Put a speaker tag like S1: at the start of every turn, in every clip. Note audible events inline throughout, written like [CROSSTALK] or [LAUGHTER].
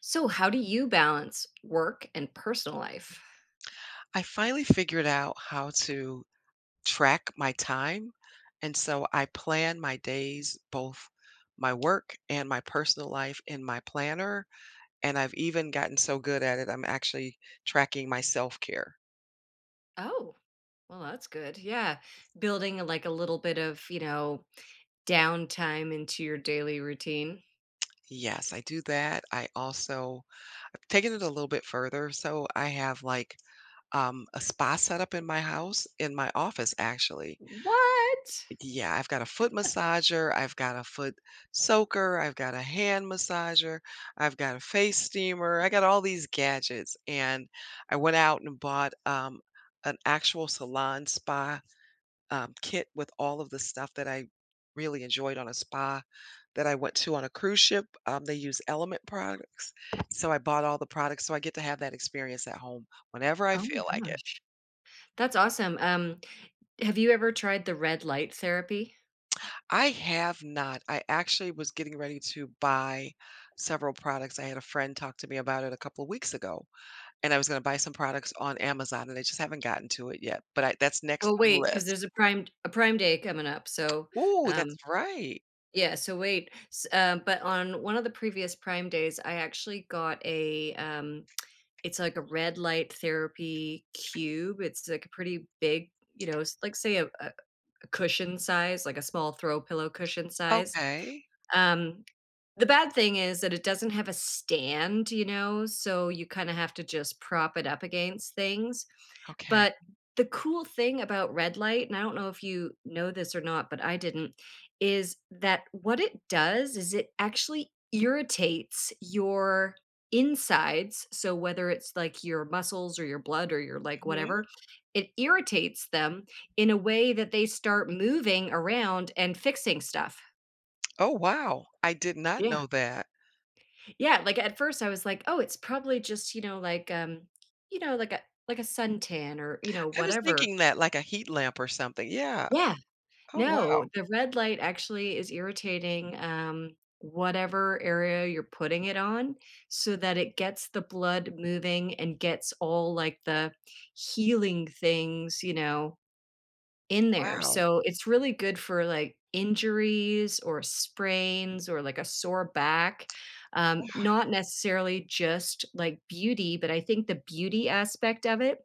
S1: So, how do you balance work and personal life?
S2: I finally figured out how to track my time, and so I plan my days, both my work and my personal life in my planner, and I've even gotten so good at it, I'm actually tracking my self-care.
S1: Oh, well, that's good. Yeah. Building like a little bit of downtime into your daily routine.
S2: Yes, I do that. I also I've taken it a little bit further, so I have, like, a spa set up in my house in my office, actually.
S1: What?
S2: Yeah, I've got a foot massager, I've got a foot soaker, I've got a hand massager, I've got a face steamer, I got all these gadgets, and I went out and bought, an actual salon spa, kit with all of the stuff that I really enjoyed on a spa that I went to on a cruise ship. They use Element products, so I bought all the products, so I get to have that experience at home whenever I
S1: Oh
S2: feel like
S1: my
S2: it.
S1: gosh. That's awesome. Have you ever tried the red light therapy?
S2: I have not. I actually was getting ready to buy several products. I had a friend talk to me about it a couple of weeks ago, and I was going to buy some products on Amazon, and I just haven't gotten to it yet. That's next
S1: Well,
S2: on the
S1: wait, because
S2: list.
S1: there's a Prime Day coming up. So,
S2: Ooh,
S1: um,
S2: that's right.
S1: yeah. So wait. But on one of the previous Prime Days, I actually got a. It's like a red light therapy cube. It's like a pretty big, like say a cushion size, like a small throw pillow cushion size.
S2: Okay.
S1: Um, The bad thing is that it doesn't have a stand, so you kinda have to just prop it up against things,
S2: Okay.
S1: but the cool thing about red light, and I don't know if you know this or not, but I didn't, is that what it does is it actually irritates your insides, so whether it's, like, your muscles or your blood or your, like,
S2: Hmm.
S1: whatever, it irritates them in a way that they start moving around and fixing stuff.
S2: Oh, wow. I did not
S1: Yeah.
S2: know that.
S1: Yeah, like, at first, I was like, "Oh, it's probably justyou know, like a like a suntan or,
S2: I was
S1: whatever."
S2: thinking that like a heat lamp or something. Yeah.
S1: Yeah.
S2: Oh,
S1: No,
S2: wow.
S1: the red light actually is irritating, whatever area you're putting it on so that it gets the blood moving and gets all, like, the healing things, in there.
S2: Wow.
S1: So it's really good for like injuries or sprains or like a sore back. Not necessarily just like beauty, but I think the beauty aspect of it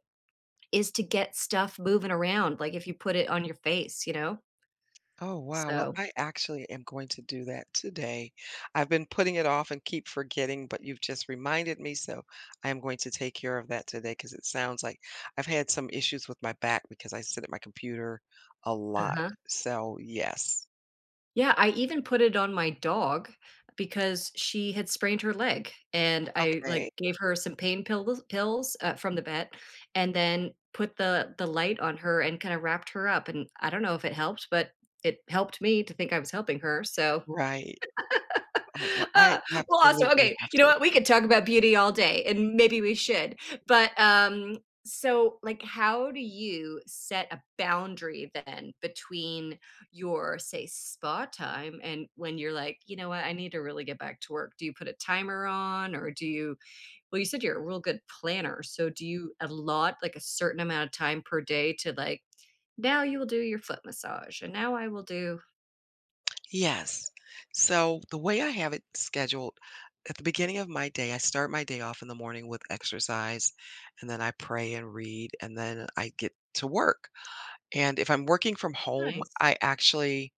S1: is to get stuff moving around, like if you put it on your face, you know?
S2: Oh, wow. Well,
S1: So.
S2: I actually am going to do that today. I've been putting it off and keep forgetting, but you've just reminded me. So I am going to take care of that today because it sounds like I've had some issues with my back because I sit at my computer a lot.
S1: Uh-huh.
S2: So, yes.
S1: Yeah, I even put it on my dog because she had sprained her leg, and I, like,
S2: Okay.
S1: gave her some pain pills, from the vet, and then put the light on her and kinda wrapped her up, and I don't know if it helped, but it helped me to think I was helping her, so
S2: Right. Oh, well, I
S1: uh, well, awesome.
S2: absolutely
S1: Okay,
S2: have
S1: you know
S2: to.
S1: what? We could talk about beauty all day, and maybe we should. But so, like, how do you set a boundary then between your, say, spa time and when you're like, you know what, I need to really get back to work? Do you put a timer on, or do you? Well, you said you're a real good planner, so do you allot like a certain amount of time per day to like? Now you will do your foot massage, and now I will do.
S2: Yes. So the way I have it scheduled, at the beginning of my day, I start my day off in the morning with exercise, and then I pray and read, and then I get to work. And if I'm working from home,
S1: Nice.
S2: I actually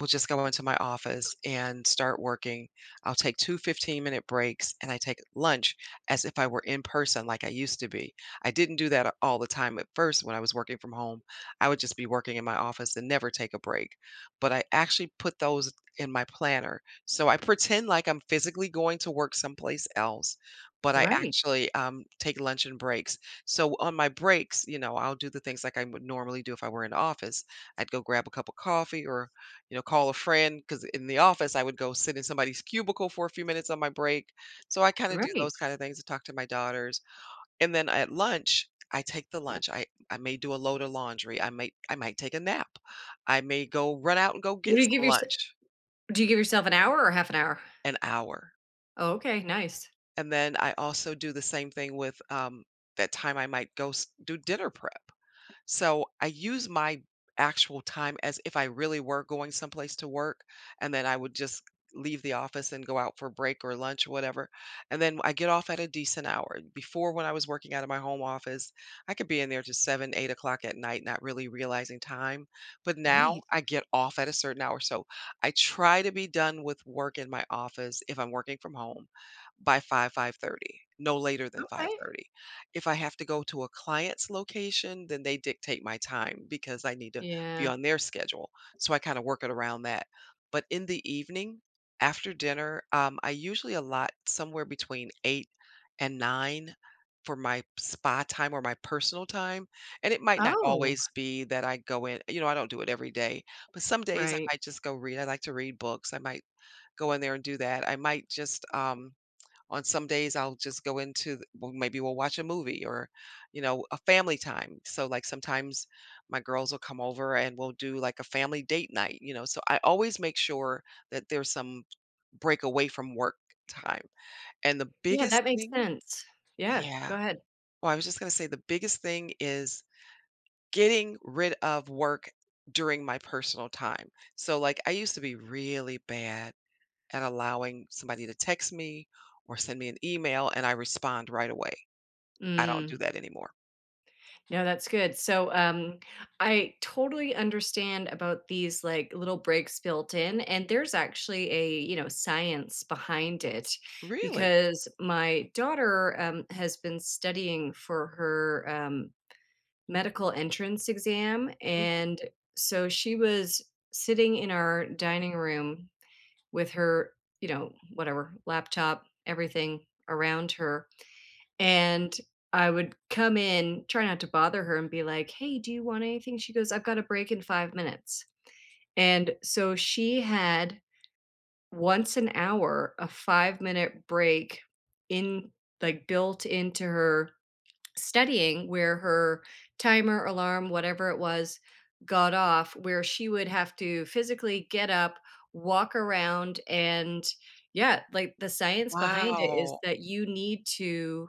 S2: will just go into my office and start working. I'll take two 15-minute breaks and I take lunch as if I were in person like I used to be. I didn't do that all the time at first when I was working from home. I would just be working in my office and never take a break. But I actually put those in my planner. So I pretend like I'm physically going to work someplace else, but I
S1: Right,
S2: actually take lunch and breaks, so on my breaks, you know, I'll do the things like I would normally do if I were in the office. I'd go grab a cup of coffee or, you know, call a friend because in the office I would go sit in somebody's cubicle for a few minutes on my break. So I kind of do
S1: right.
S2: those kind of things, to talk to my daughters. And then at lunch, I take the lunch. I may do a load of laundry. I might take a nap. I may go run out and go
S1: What
S2: get
S1: do you
S2: some
S1: give your
S2: lunch.
S1: Do you give yourself an hour or half an hour?
S2: An hour.
S1: Oh, okay, nice.
S2: And then I also do the same thing with, that time I might do dinner prep. So I use my actual time as if I really were going someplace to work, and then I would just leave the office and go out for break or lunch or whatever. And then I get off at a decent hour. Before, when I was working out of my home office, I could be in there to seven, 8 o'clock at night, not really realizing time. But now
S1: Right.
S2: I get off at a certain hour. So I try to be done with work in my office if I'm working from home by 5, 5:30, no later than
S1: Okay.
S2: 5:30. If I have to go to a client's location, then they dictate my time because I need to be
S1: Yeah.
S2: on their schedule. So I kind of work it around that. But in the evening, after dinner, I usually allot somewhere between eight and nine for my spa time or my personal time. And it might not
S1: Oh,
S2: always be that I go in, you know, I don't do it every day, but some days I
S1: right.
S2: might just go read. I like to read books. I might go in there and do that. I might just, on some days, I'll just well, maybe we'll watch a movie or, you know, a family time. So like sometimes my girls will come over and we'll do like a family date night, you know. So I always make sure that there's some break away from work time. And the
S1: Yeah,
S2: biggest
S1: that makes
S2: thing,
S1: sense. Yeah, go
S2: yeah.
S1: ahead.
S2: Well, I was just going to say the biggest thing is getting rid of work during my personal time. So like I used to be really bad at allowing somebody to text me or send me an email and I respond right away. I don't
S1: Mm,
S2: do that anymore.
S1: no, that's good. So, I totally understand about these like little breaks built in, and there's actually a science behind it
S2: Really?
S1: because my daughter has been studying for her medical entrance exam.
S2: Mhm.
S1: And so she was sitting in our dining room with her, whatever, laptop, everything around her. And I would come in, try not to bother her, and be like, hey, do you want anything? She goes, I've got a break in 5 minutes. And so she had once an hour a 5-minute break in like built into her studying where her timer, alarm, whatever it was, got off, where she would have to physically get up, walk around, and yeah, like the science behind it is
S2: Wow.
S1: that you need to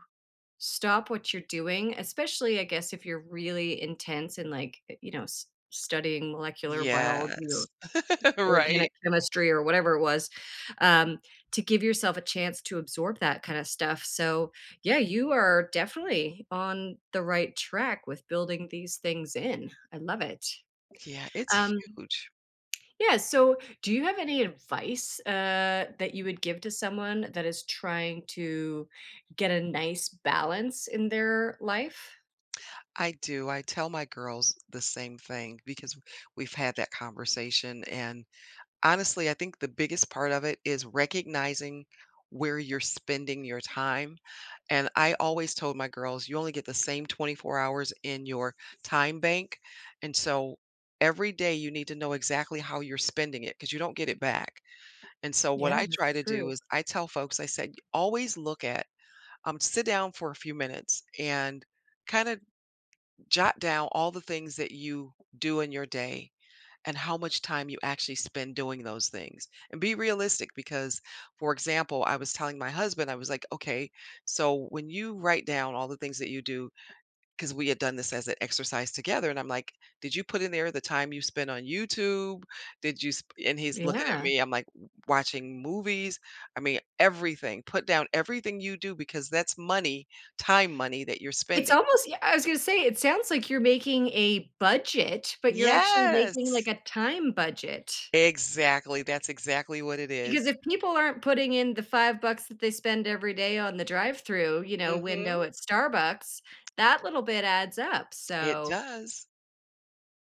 S1: stop what you're doing, especially, I guess, if you're really intense in like, studying molecular biology
S2: Yes. [LAUGHS] Right.
S1: organic chemistry or whatever it was, um, to give yourself a chance to absorb that kinda stuff, so, yeah, you are definitely on the right track with building these things in. I love it.
S2: Yeah, it's
S1: Um,
S2: huge.
S1: yeah, so do you have any advice, that you would give to someone that is trying to get a nice balance in their life?
S2: I do. I tell my girls the same thing because we've had that conversation. And honestly, I think the biggest part of it is recognizing where you're spending your time. And I always told my girls, "You only get the same 24 hours in your time bank, and so every day you need to know exactly how you're spending it 'cause you are spending it because you do not get it back." And so what
S1: Yeah,
S2: I
S1: that's
S2: try to do
S1: true.
S2: is I tell folks, I said, "Always look at, sit down for a few minutes and kinda jot down all the things that you do in your day and how much time you actually spend doing those things. And be realistic because, for example, I was telling my husband, I was like, okay, so when you write down all the things that you do, because we had done this as an exercise together, and I'm like, did you put in there the time you spend on YouTube? And he's looking at
S1: Yeah.
S2: me, I'm like, watching movies. I mean, everything. Put down everything you do because that's money, time money that you're
S1: It's
S2: spending.
S1: almost yeah, I was gonna say, it sounds like you're making a budget, but you're actually making, like,
S2: Yes.
S1: a time budget.
S2: Exactly. That's exactly what it is.
S1: Because if people aren't putting in the 5 bucks that they spend every day on the drive-through,
S2: Mm-hmm.
S1: window at Starbucks, that little bit adds up,
S2: It
S1: so
S2: does.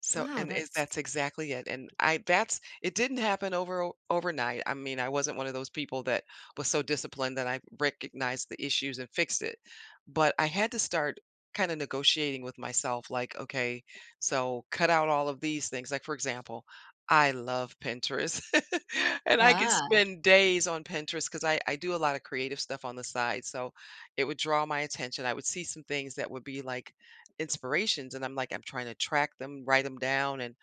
S2: So
S1: wow,
S2: and is
S1: that's
S2: that's exactly it, and I that's it didn't happen overnight. I mean, I wasn't one of those people that was so disciplined that I recognized the issues and fixed it. But I had to start kind of negotiating with myself like, okay, so cut out all of these things. Like for example, I love Pinterest. [LAUGHS] And I could
S1: ah.
S2: spend days on Pinterest because I do a lot of creative stuff on the side. So it would draw my attention. I would see some things that would be like inspirations and I'm like, I'm trying to track them, write them down, and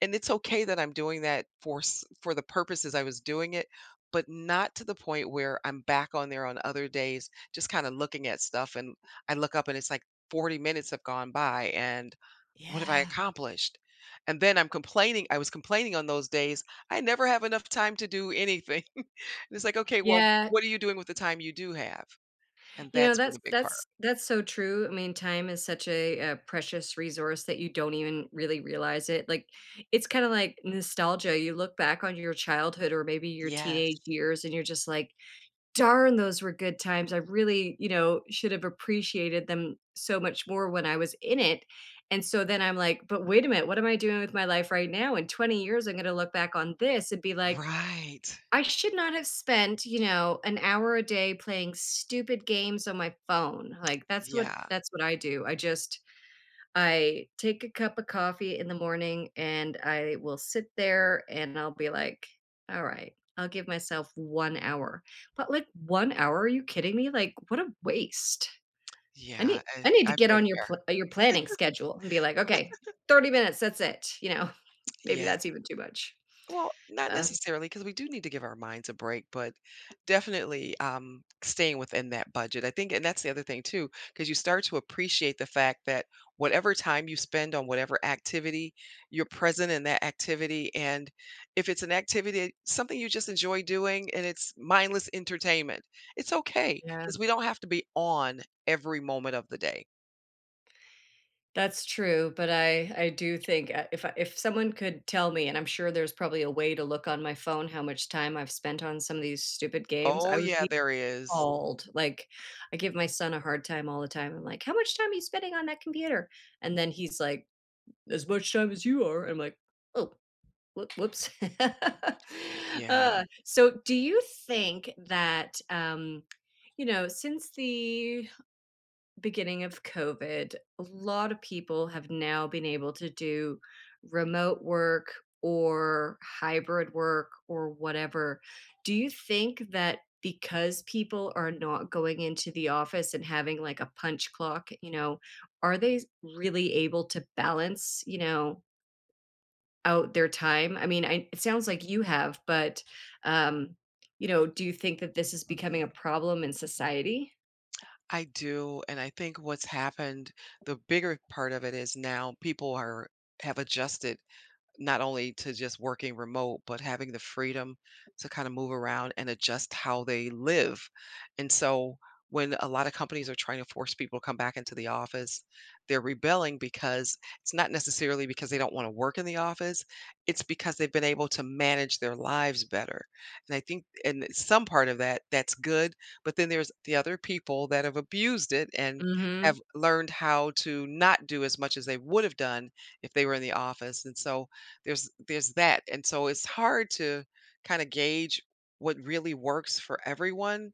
S2: and it's okay that I'm doing that for for the purposes I was doing it, but not to the point where I'm back on there on other days just kind of looking at stuff. And I look up and it's like 40 minutes have gone by, and what have I
S1: Yeah.
S2: accomplished? And then I'm complaining. I was complaining on those days. I never have enough time to do anything. [LAUGHS] And it's like, okay, well,
S1: Yeah.
S2: what are you doing with the time you do have? And
S1: You know,
S2: that's been
S1: that's
S2: the big part.
S1: that's that's so true. I mean, time is such a precious resource that you don't even really realize it. Like, it's kind of like nostalgia. You look back on your childhood or maybe your
S2: Yes.
S1: teenage years, and you're just like, "Darn, those were good times. I really, should have appreciated them so much more when I was in it." And so then I'm like, "But wait a minute, what am I doing with my life right now? In 20 years, I'm going to look back on this and be like."
S2: Right.
S1: I should not have spent, an hour a day playing stupid games on my phone. Like that's what
S2: Yeah.
S1: that's what I do. I take a cup of coffee in the morning and I will sit there and I'll be like, all right, I'll give myself 1 hour. But like 1 hour, are you kidding me? Like what a waste. I
S2: Yeah,
S1: need
S2: I
S1: I need to
S2: I've
S1: get
S2: been
S1: on your
S2: there.
S1: pl- uh, your planning schedule and be like, okay, 30 minutes, that's it. [LAUGHS] Maybe
S2: Yes.
S1: that's even too much.
S2: Well, not
S1: Uh,
S2: necessarily because we do need to give our minds a break, but definitely, staying within that budget. I think and that's the other thing too, because you start to appreciate the fact that whatever time you spend on whatever activity, you're present in that activity, and if it's an activity something you just enjoy doing and it's mindless entertainment, it's okay
S1: yeah.
S2: because we don't have to be on every moment of the day.
S1: That's true, but I do think, if I if someone could tell me, and I'm sure there's probably a way to look on my phone how much time I've spent on some of these stupid games, I
S2: Oh,
S1: would
S2: yeah,
S1: be
S2: there is.
S1: appalled. Like, I give my son a hard time all the time. I'm like, "How much time are you spending on that computer?" And then he's like, "As much time as you are." I'm like, "Oh, whoop whoops." [LAUGHS]
S2: Yeah.
S1: So do you think that, since the beginning of COVID, a lot of people have now been able to do remote work or hybrid work or whatever. Do you think that because people are not going into the office and having like a punch clock, are they really able to balance, out their time? I mean, it sounds like you have, but, um, do you think that this is becoming a problem in society?
S2: I do, and I think what's happened, the bigger part of it is now people are have adjusted not only to just working remote, but having the freedom to kind of move around and adjust how they live. And so when a lot of companies are trying to force people to come back into the office, they're rebelling because it's not necessarily because they don't want to work in the office. It's because they've been able to manage their lives better. And I think and some part of that that's good, but then there's the other people that have abused it and
S1: Mm-hmm.
S2: have learned how to not do as much as they would have done if they were in the office. And so there's that, and so it's hard to kinda gauge what really works for everyone,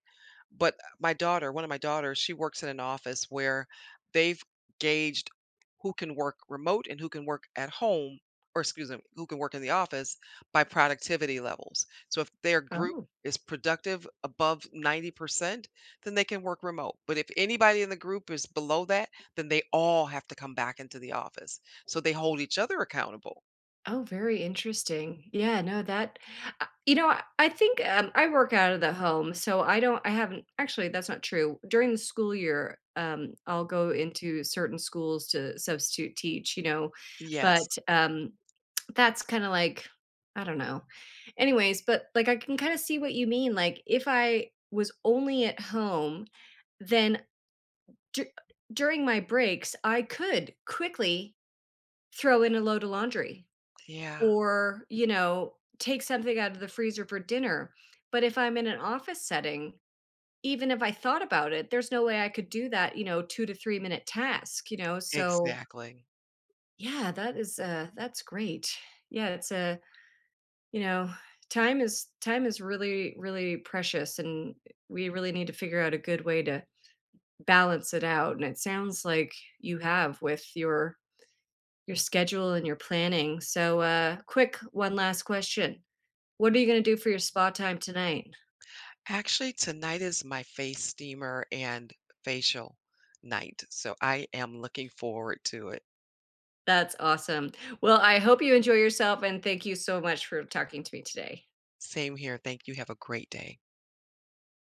S2: but my daughter one of my daughters, she works in an office where they've gauged who can work remote and who can work at home, or excuse me, who can work in the office by productivity levels. So if their group is productive above 90%, then they can work remote, but if anybody in the group is below that, then they all have to come back into the office. So they hold each other accountable.
S1: Oh, very interesting. Yeah, no, that I think I work out of the home, so I don't. I haven't actually. That's not true. During the school year, I'll go into certain schools to substitute teach. You know, but
S2: Yes.
S1: um, that's kind of like I don't know. Anyways, but like I can kind of see what you mean. Like if I was only at home, then dur- during my breaks, I could quickly throw in a load of laundry
S2: Yeah,
S1: or, take something out of the freezer for dinner. But if I'm in an office setting, even if I thought about it, there's no way I could do that, you know, 2 to 3 minute task, you know? So,
S2: exactly.
S1: yeah, that's great. Yeah, it's a you know, time is really, really precious, and we really need to figure out a good way to balance it out, and it sounds like you have with your schedule and your planning. So, quick, one last question. What are you gonna do for your spa time tonight?
S2: Actually, tonight is my face steamer and facial night, so I am looking forward to it.
S1: That's awesome. Well, I hope you enjoy yourself, and thank you so much for talking to me today.
S2: Same here. Thank you. Have a great day.